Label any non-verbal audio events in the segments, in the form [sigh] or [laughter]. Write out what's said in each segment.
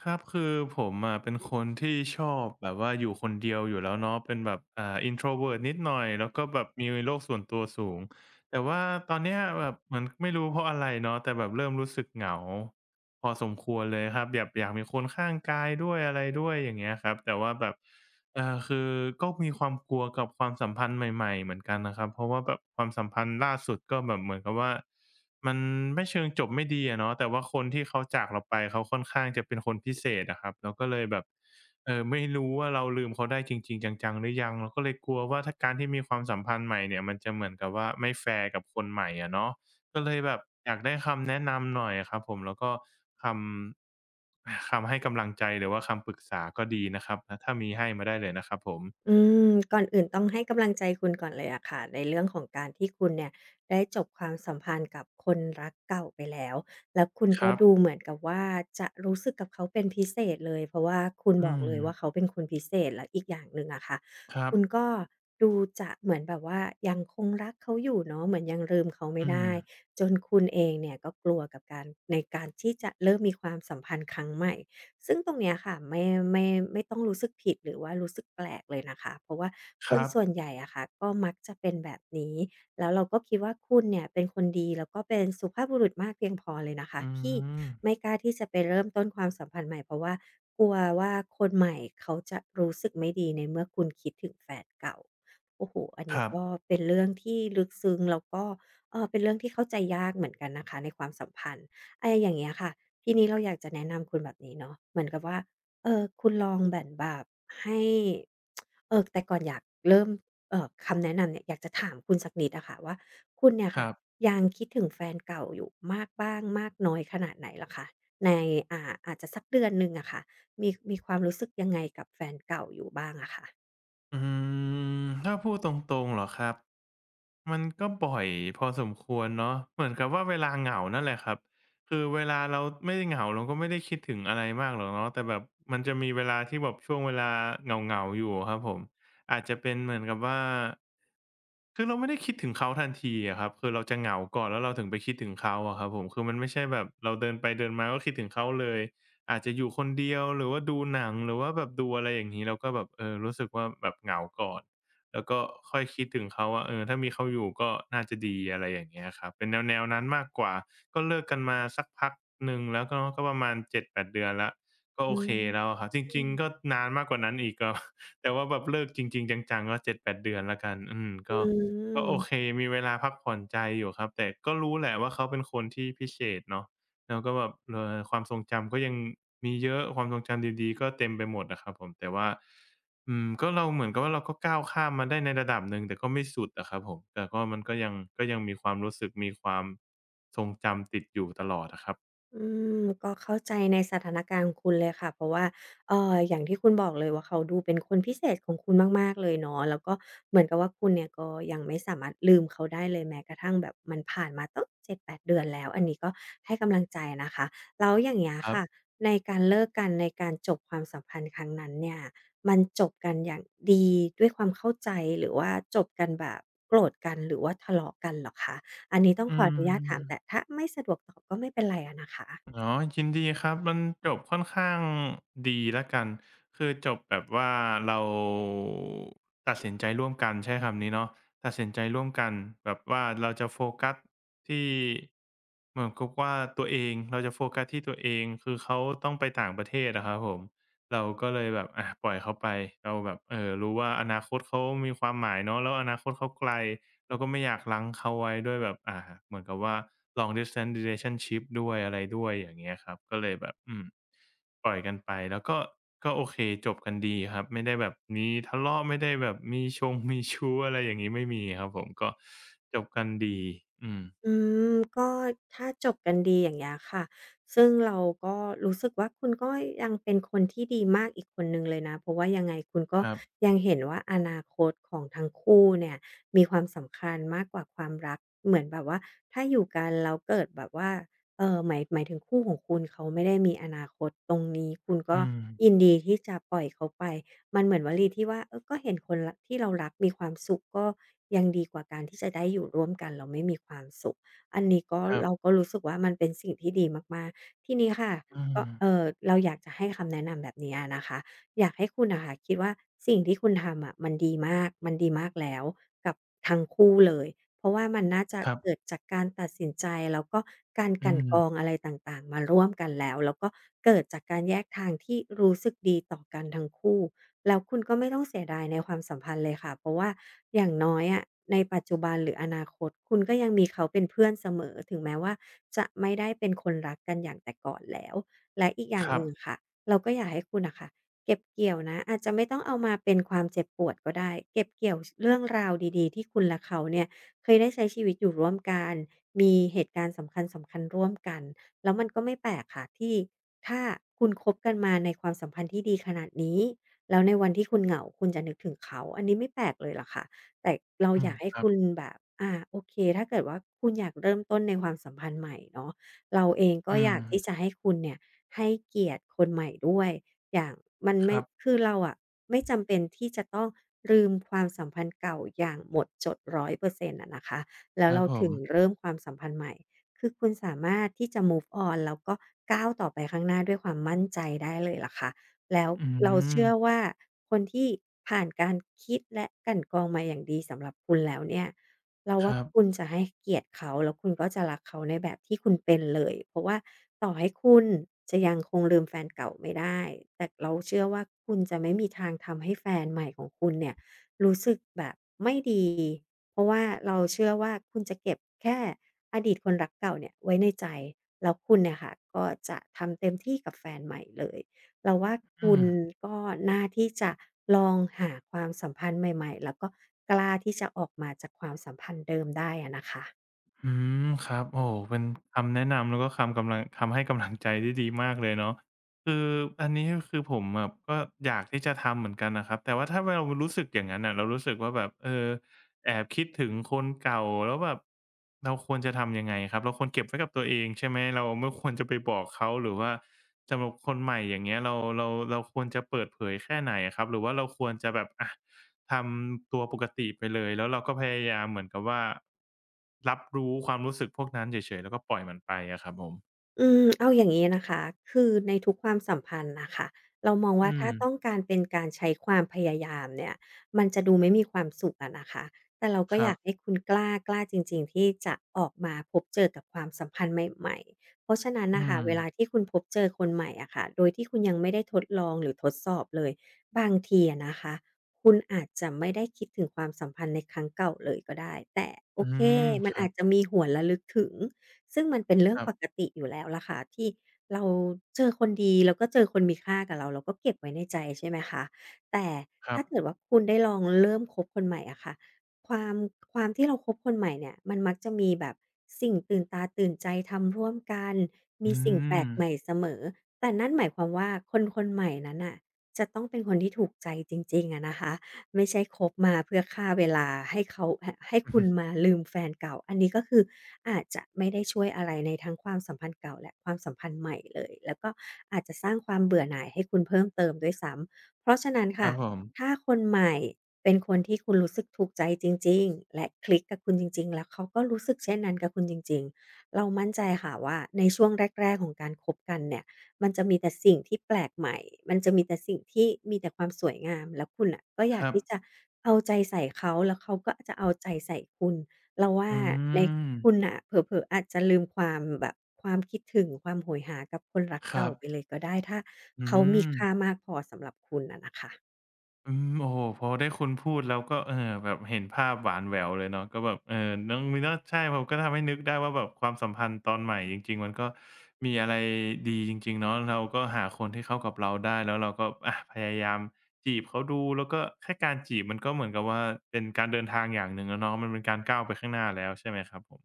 ครับคือผมอะเป็นคนที่ชอบแบบว่าอยู่คนเดียวอยู่แล้วเนาะเป็นแบบintrovert นิดหน่อยแล้วก็แบบมีโลกส่วนตัวสูงแต่ว่าตอนเนี้ยแบบเหมือนไม่รู้เพราะอะไรเนาะแต่แบบเริ่มรู้สึกเหงาพอสมควรเลยครับแบบอยากมีคนข้างกายด้วยอะไรด้วยอย่างเงี้ยครับแต่ว่าแบบ คือก็มีความกลัวกับความสัมพันธ์ใหม่ๆเหมือนกันนะครับเพราะว่าแบบความสัมพันธ์ล่าสุดก็แบบเหมือนกับว่ามันไม่เชิงจบไม่ดีอะเนาะแต่ว่าคนที่เขาจากเราไปเขาค่อนข้างจะเป็นคนพิเศษอะครับเราก็เลยแบบไม่รู้ว่าเราลืมเขาได้จริงๆจังๆหรือยังเราก็เลยกลัวว่าถ้าการที่มีความสัมพันธ์ใหม่เนี่ยมันจะเหมือนกับว่าไม่แฟร์กับคนใหม่อะเนาะ ก็เลยแบบอยากได้คำแนะนำหน่อยครับผมแล้วก็คำ [sighs] คำให้กำลังใจหรือว่าคำปรึกษาก็ดีนะครับถ้ามีให้มาได้เลยนะครับผมอืก่อนอื่นต้องให้กำลังใจคุณก่อนเลยอะค่ะในเรื่องของการที่คุณเนี่ยได้จบความสัมพันธ์กับคนรักเก่าไปแล้วแล้วคุณคก็รัดูบเหมือนกับว่าจะรู้สึกกับเขาเป็นพิเศษเลยเพราะว่าคุณบอือกมเลยว่าเขาเป็นคนพิเศษแล้วอีกอย่างหนึ่งอะค่ะครับคุณก็ดูจะเหมือนแบบว่ายังคงรักเขาอยู่เนาะเหมือนยังลืมเขาไม่อืมได้จนคุณเองเนี่ยก็กลัวกับการในการที่จะเริ่มมีความสัมพันธ์ครั้งใหม่ ซึ่งตรงเนี้ยค่ะไม่ไม่ต้องรู้สึกผิดหรือว่ารู้สึกแปลกเลยนะคะเพราะว่าคคนรับส่วนใหญ่อะค่ะก็มักจะเป็นแบบนี้แล้วเราก็คิดว่าคุณเนี่ยเป็นคนดีแล้วก็เป็นสุภาพบุรุษมากเพียงพอเลยนะคะอืที่มไม่กล้าที่จะไปเริ่มต้นความสัมพันธ์ใหม่เพราะว่ากลัวว่าคนใหม่เขาจะรู้สึกไม่ดีในเมื่อคุณคิดถึงแฟนเก่าโอ้โหอันคนี้รัก็บเป็นเรื่องที่ลึกซึ้งแล้วก็เออเป็นเรื่องที่เข้าใจยากเหมือนกันนะคะในความสัมพันธ์ อะไรอย่างเงี้ยค่ะทีนี้เราอยากจะแนะนำคุณแบบนี้เนาะเหมือนกับว่าเออคุณลองแบบให้เออแต่ก่อนอยากเริ่มคำแนะนำเนี่ยอยากจะถามคุณสักนิดอะค่ะว่าคุณเนี่ยคค่ะรับยังคิดถึงแฟนเก่าอยู่มากบ้างมากน้อยขนาดไหนเหรอคะในอ่าอาจจะสักเดือนหนึ่งอะค่ะมีความรู้สึกยังไงกับแฟนเก่าอยู่บ้างอะคะอืมถ้าพูดตรงๆเหรอครับ มันก็บ่อยพอสมควรเนาะเหมือนกับว่าเวลาเหงานั่นแหละครับคือเวลาเราไม่ได้เหงาเราก็ไม่ได้คิดถึงอะไรมากหรอกเนาะแต่แบบมันจะมีเวลาที่แบบช่วงเวลาเหงาๆอยู่อะครับผมอาจจะเป็นเหมือนกับว่าคือเราไม่ได้คิดถึงเขาทันทีอะครับคือเราจะเหงาก่อนแล้วเราถึงไปคิดถึงเขาอะครับผมคือมันไม่ใช่แบบเราเดินไปเดินมาก็คิดถึงเขาเลยอาจจะอยู่คนเดียวหรือว่าดูหนังหรือว่าแบบดูอะไรอย่างงี้เราก็แบบเออรู้สึกว่าแบบเหงาก่อน แล้วก็ค่อยคิดถึงเขาว่าเออถ้ามีเขาอยู่ก็น่าจะดีอะไรอย่างเงี้ยครับเป็นแนวๆนั้นมากกว่าก็เลิกกันมาสักพักหนึ่งแล้วก็ประมาณเจ็ดแปดเดือนแล้วก็อืโอมเคแล้วอะครับจอืริงมๆก็นานมากกว่านั้นอีกก็ [laughs] แต่ว่าแบบเลิกจริงๆจังๆก็เจ็ดแปดเดือนแล้วกันอืมก็อืก็โอเคม มีเวลาพักผ่อนใจอยู่ครับแต่ก็รู้แหละว่าเขาเป็นคนที่พิเศษเนาะแล้วก็แบบความทรงจำก็ยังมีเยอะความทรงจำดีๆก็เต็มไปหมดอะครับผมแต่ว่า อืมก็เราเหมือนกับว่าเราก็ก้าวข้ามมาได้ในระดับหนึ่งแต่ก็ไม่สุดอะครับผมแต่ก็มันก็ยังก็ยังมีความรู้สึกมีความทรงจำติดอยู่ตลอดอะครับอืมก็เข้าใจในสถานการณ์ของคุณเลยค่ะเพราะว่าอย่างที่คุณบอกเลยว่าเขาดูเป็นคนพิเศษของคุณมากๆเลยเนาะแล้วก็เหมือนกับว่าคุณเนี่ยก็ยังไม่สามารถลืมเขาได้เลยแม้กระทั่งแบบมันผ่านมาตั้ง7-8เดือนแล้วอันนี้ก็ให้กำลังใจนะคะแล้วอย่างเงี้ยครับค่ะในการเลิกกันในการจบความสัมพันธ์ครั้งนั้นเนี่ยมันจบกันอย่างดีด้วยความเข้าใจหรือว่าจบกันแบบโกรธกันหรือว่าทะเลาะกันเหรอคะ อันนี้ต้องอืขออนุญาตถามม แต่ถ้าไม่สะดวกตอบก็ไม่เป็นไรอะนะคะอ๋อยินดีครับ มันจบค่อนข้างดีแล้วกัน คือจบแบบว่าเราตัดสินใจร่วมกันใช้คำนี้เนาะตัดสินใจร่วมกันแบบว่าเราจะโฟกัสที่เหมือนกับว่าตัวเองเราจะโฟกัสที่ตัวเองคือเขาต้องไปต่างประเทศอะครับผมเราก็เลยแบบอะปล่อยเขาไปเราแบบรู้ว่าอนาคตเขามีความหมายเนาะแล้วอนาคตเขาไกล เราก็ไม่อยากรั้งเขาไว้ด้วยแบบเหมือนกับว่า long distance relationship ด้วยอะไรด้วยอย่างเงี้ยครับก็เลยแบบอืมปล่อยกันไปแล้วก็ก็โอเคจบกันดีครับไม่ได้แบบมีทะเลาะไม่ได้แบบมีชงมีชู้อะไรอย่างงี้ไม่มีครับผมก็จบกันดีอืมอืมก็ถ้าจบกันดีอย่างเงี้ยค่ะซึ่งเราก็รู้สึกว่าคุณก็ยังเป็นคนที่ดีมากอีกคนหนึ่งเลยนะเพราะว่ายังไงคุณก็ครับยังเห็นว่าอนาคตของทั้งคู่เนี่ยมีความสำคัญมากกว่าความรักเหมือนแบบว่าถ้าอยู่กันแล้วเกิดแบบว่าหมายถึงคู่ของคุณเขาไม่ได้มีอนาคตตรงนี้คุณก็อืมยินดีที่จะปล่อยเขาไป มันเหมือนวลีที่ว่าเออก็เห็นคนรักที่เรารักมีความสุขก็ยังดีกว่าการที่จะได้อยู่ร่วมกันแล้วไม่มีความสุขอันนี้ก็ครับเราก็รู้สึกว่ามันเป็นสิ่งที่ดีมากๆทีนี้ค่ะอืก็มเราอยากจะให้คำแนะนำแบบเนี้ยนะคะอยากให้คุณน่ะค่ะคิดว่าสิ่งที่คุณทำอะมันดีมากมันดีมากแล้วกับทั้งคู่เลยเพราะว่ามันน่าจะครับเกิดจากการตัดสินใจแล้วก็การกอืลั่นมกรองอะไรต่างๆมาร่วมกันแล้วแล้วก็เกิดจากการแยกทางที่รู้สึกดีต่อกันทั้งคู่ แล้วคุณก็ไม่ต้องเสียดายในความสัมพันธ์เลยค่ะเพราะว่าอย่างน้อยอะในปัจจุบันหรืออนาคตคุณก็ยังมีเขาเป็นเพื่อนเสมอถึงแม้ว่าจะไม่ได้เป็นคนรักกันอย่างแต่ก่อนแล้วและอีกอย่าคงรัหบนึ่งค่ะเราก็อยากให้คุณน่ะค่ะเก็บเกี่ยวนะอาจจะไม่ต้องเอามาเป็นความเจ็บปวดก็ได้เก็บเกี่ยวชเรื่องราวดีๆที่คุณและเขาเนี่ยเคยได้ใช้ชีวิตอยู่ร่วมกันมีเหตุการณ์สำคัญๆร่วมกันแล้วมันก็ไม่แปลกค่ะที่ถ้าคุณคบกันมาในความสัมพันธ์ที่ดีขนาดนี้ แล้วในวันที่คุณเหงาคุณจะนึกถึงเขาอันนี้ไม่แปลกเลยล่ะค่ะแต่เราอือมยากให้ครับคุณแบบโอเคถ้าเกิดว่าคุณอยากเริ่มต้นในความสัมพันธ์ใหม่เนาะเราเองก็อือยากที่จะมให้คุณเนี่ยให้เกียรติคนใหม่ด้วยอย่างมันคไม่รับคือเราอะไม่จำเป็นที่จะต้องลืมความสัมพันธ์เก่าอย่างหมดจด100%อยเปอร์เซ็นต์อะนะคะแล้ควรับเราผถึมงเริ่มความสัมพันธ์ใหม่คือคุณสามารถที่จะ move on แล้วก็ก้าวต่อไปข้างหน้าด้วยความมั่นใจได้เลยล่ะค่ะ แล้วอืเราเชื่อมว่าคนที่ผ่านการคิดและกลั่นกรองมาอย่างดีสำหรับคุณแล้วเนี่ยเราคว่ารับคุณจะให้เกียรติเขาแล้วคุณก็จะรักเขาในแบบที่คุณเป็นเลยเพราะว่าต่อให้คุณจะยังคงลืมแฟนเก่าไม่ได้แต่เราเชื่อว่าคุณจะไม่มีทางทำให้แฟนใหม่ของคุณเนี่ยรู้สึกแบบไม่ดีเพราะว่าเราเชื่อว่าคุณจะเก็บแค่อดีตคนรักเก่าเนี่ยไว้ในใจแล้วคุณเนี่ยค่ะก็จะทำเต็มที่กับแฟนใหม่เลย เราว่าอืคุม ณก็น่าที่จะลองหาความสัมพันธ์ใหม่ๆแล้วก็กล้าที่จะออกมาจากความสัมพันธ์เดิมได้อะนะคะ อืมครับโอ้โฮเป็นคำแนะนำแล้วก็คำกำลังคำให้กำลังใจที่ดีมากเลยเนาะคืออันนี้ก็คือผมแบบก็อยากที่จะทำเหมือนกันนะครับแต่ว่าถ้าเรารู้สึกอย่างนั้นน่ะเรารู้สึกว่าแบบเออแอบคิดถึงคนเก่าแล้วแบบเราควรจะทำยังไงครับเราควรเก็บไว้กับตัวเองใช่ไหมเราไม่ควรจะไปบอกเขาหรือว่าสำหรับคนใหม่อย่างเงี้ยเราควรจะเปิดเผยแค่ไหนอะครับหรือว่าเราควรจะแบบอะ ทำตัวปกติไปเลยแล้วเราก็พยายามเหมือนกับว่ารับรู้ความรู้สึกพวกนั้นเฉยๆแล้วก็ปล่อยมันไปอะครับผมอืมเอาอย่างนี้นะคะคือในทุกความสัมพันธ์นะคะเรามองว่าอืมถ้าต้องการเป็นการใช้ความพยายามเนี่ยมันจะดูไม่มีความสุขอะนะคะแต่เราก็คอรัยาบกให้คุณกล้าจริงๆที่จะออกมาพบเจอกับความสัมพันธ์ใหม่ๆเพราะฉะนั้นอืนะคะมเวลาที่คุณพบเจอคนใหม่อะค่ะโดยที่คุณยังไม่ได้ทดลองหรือทดสอบเลยบางทีอะนะคะคุณอาจจะไม่ได้คิดถึงความสัมพันธ์ในครั้งเก่าเลยก็ได้แต่โออืเคมมัคนรัอาบจจะมีหวนระลึกถึง ซึ่งมันเป็นเรื่อคงรับปกติอยู่แล้วล่ะค่ะที่เราเจอคนดีแล้วก็เจอคนมีค่ากับเราเราก็เก็บไว้ในใจใช่ไหมคะแต่ครัถ้าบเกิดว่าคุณได้ลองเริ่มคบคนใหม่อะค่ะความความที่เราคบคนใหม่เนี่ยมันมักจะมีแบบสิ่งตื่นตาตื่นใจทำร่วมกันมีอืสิ่งแปลม กใหม่เสมอแต่นั่นหมายความว่าคนคนใหม่นั้นน่ะจะต้องเป็นคนที่ถูกใจจริงๆอะนะคะไม่ใช่คบมาเพื่อฆ่าเวลาให้เขาหให้คุณมา [laughs] ลืมแฟนเก่าอันนี้ก็คือ อาจจะไม่ได้ช่วยอะไรในทั้งความสัมพันธ์เก่าและความสัมพันธ์ใหม่เลยแล้วก็อาจจะสร้างความเบื่อหน่ายให้คุณเพิ่มเติมด้วยซ้ำเพราะฉะนั้นคค่ะรับผมถ้าคนใหม่เป็นคนที่คุณรู้สึกถูกใจจริงๆและคลิกกับคุณจริงๆแล้วเขาก็รู้สึกเช่นนั้นกับคุณจริงๆเรามั่นใจค่ะว่าในช่วงแรกๆของการคบกันเนี่ยมันจะมีแต่สิ่งที่แปลกใหม่มันจะมีแต่สิ่งที่มีแต่ความสวยงามแล้วคุณน่ะก็อคยากรับที่จะเอาใจใส่เขาแล้วเขาก็จะเอาใจใส่คุณ เราว่าอืในมคุณน่ะเผลอๆอาจจะลืมความแบบความคิดถึงความโหยหากับคนรักครัเก่าบไปเลยก็ได้ถ้าอืเขามีม ค่ามากพอสำหรับคุณอะนะคะ อืมโอ้โฮพอได้คุณพูดแล้วก็แบบเห็นภาพหวานแหววเลยเนาะก็แบบน้องมีเนาะใช่ผมก็ทำให้นึกได้ว่าแบบความสัมพันธ์ตอนใหม่จริงๆมันก็มีอะไรดีจริงๆเนาะเราก็หาคนที่เข้ากับเราได้แล้วเราก็พยายามจีบเขาดูแล้วก็แค่การจีบมันก็เหมือนกับว่าเป็นการเดินทางอย่างหนึ่งแล้วเนาะมันเป็นการก้าวไปข้างหน้าแล้วใช่ไหมครับผม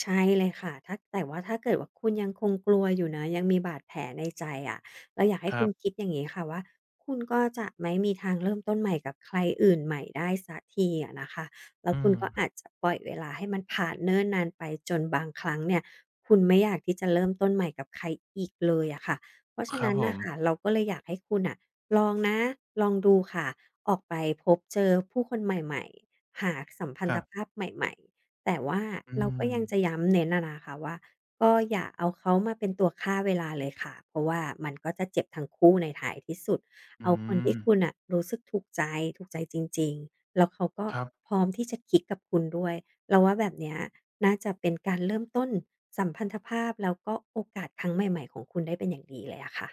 ใช่เลยค่ะถ้าแต่ว่าถ้าเกิดว่าคุณยังคงกลัวอยู่นะยังมีบาดแผลในใจอะเราอยากให้คคุรัณคิบดอย่างงี้ค่ะว่าคุณก็จะไม่มีทางเริ่มต้นใหม่กับใครอื่นใหม่ได้สักทีอะนะคะแล้วอืคุณมก็อาจจะปล่อยเวลาให้มันผ่านเนิ่นนานไปจนบางครั้งเนี่ย คุณไม่อยากที่จะเริ่มต้นใหม่กับใครอีกเลยอะค่ะ เพราะคฉะรับนั้นผน่ะมค่ะเราก็เลยอยากให้คุณน่ะลองนะลองดูค่ะออกไปพบเจอผู้คนใหม่ๆหาสัมพันคธรัภาบพใหม่ๆ แต่ว่าอืเราก็มยังจะย้ำเน้นอะนะคะว่าก็อย่าเอาเขามาเป็นตัวฆ่าเวลาเลยค่ะเพราะว่ามันก็จะเจ็บทั้งคู่ในท้ายที่สุดอืเอาคนที่มคุณน่ะรู้สึกถูกใจจริงๆแล้วเขาก็ครับ พร้อมที่จะคลิกกับคุณด้วยเราว่าแบบเนี้ยน่าจะเป็นการเริ่มต้นสัมพันธภาพแล้วก็โอกาสครั้งใหม่ๆของคุณได้เป็นอย่างดีเลยอะค่ะ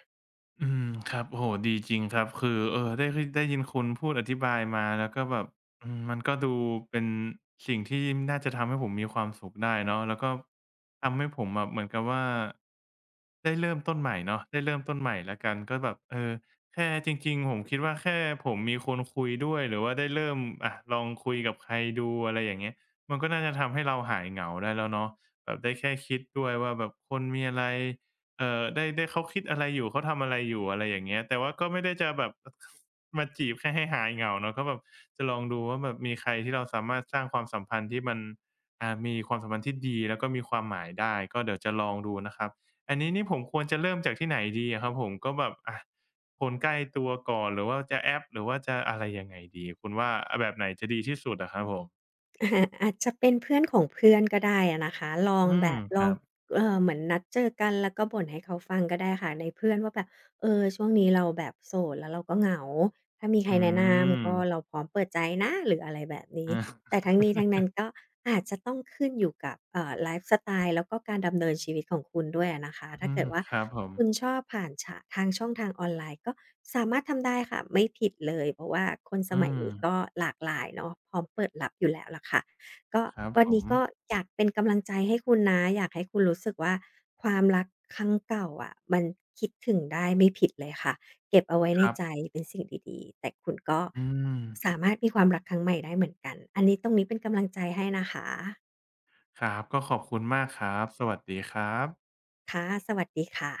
อืมครับโอ้โฮดีจริงครับคือได้ได้ยินคุณพูดอธิบายมาแล้วก็แบบอืมมันก็ดูเป็นสิ่งที่น่าจะทำให้ผมมีความสุขได้เนาะแล้วก็ทำให้ผมแบบเหมือนกับว่าได้เริ่มต้นใหม่เนาะได้เริ่มต้นใหม่แล้วกันก็แบบแค่จริงๆผมคิดว่าแค่ผมมีคนคุยด้วยหรือว่าได้เริ่มอะลองคุยกับใครดูอะไรอย่างเงี้ยมันก็น่าจะทำให้เราหายเหงาได้แล้วเนาะแบบได้แค่คิดด้วยว่าแบบคนมีอะไร ได้เขาคิดอะไรอยู่เขาทำอะไรอยู่อะไรอย่างเงี้ยแต่ว่าก็ไม่ได้จะแบบ [laughs] มาจีบแค่ให้หายเหงาเนาะก็แบบจะลองดูว่าแบบมีใครที่เราสามารถสร้างความสัมพันธ์ที่มันมีความสัมพันธ์ที่ดีแล้วก็มีความหมายได้ก็เดี๋ยวจะลองดูนะครับอันนี้นี่ผมควรจะเริ่มจากที่ไหนดีอะครับผมก็แบบอะคนใกล้ตัวก่อนหรือว่าจะแอปหรือว่าจะอะไรยังไงดีคุณว่าอะแบบไหนจะดีที่สุดอะครับผม [laughs] อาจจะเป็นเพื่อนของเพื่อนก็ได้อะนะคะลองอืแบมบลคอรังบเหมือนนัดเจอกันแล้วก็บ่นให้เขาฟังก็ได้ค่ะในเพื่อนว่าแบบเออช่วงนี้เราแบบโสดแล้วเราก็เหงาถ้ามีใครอืแนะนม ำก็เราพร้อมเปิดใจนะหรืออะไรแบบนี้ แต่ทั้ง [laughs] อานี้ทั้งนั้นก็อาจจะต้องขึ้นอยู่กับไลฟ์สไตล์แล้วก็การดำเนินชีวิตของคุณด้วยอะนะคะถ้าอืเกิมดว่าครับผมคุณชอบผ่านชะทางช่องทางออนไลน์ก็สามารถทำได้ค่ะไม่ผิดเลยเพราะว่าคนสอืมัยม นี้ก็หลากหลายเนาะพร้อมเปิดรับอยู่แล้วล่ะค่ะก็ครับวันผนี้มก็อยากเป็นกำลังใจให้คุณนะอยากให้คุณรู้สึกว่าความรักครั้งเก่าอะมันคิดถึงได้ไม่ผิดเลยค่ะ เก็บเอาไว้คในรับใจเป็นสิ่งดีๆ แต่คุณก็อืมสามารถมีความรักครั้งใหม่ได้เหมือนกัน อันนี้ตรงนี้เป็นกำลังใจให้นะคะครับก็ขอบคุณมากครับสวัสดีครับค่ะสวัสดีค่ะ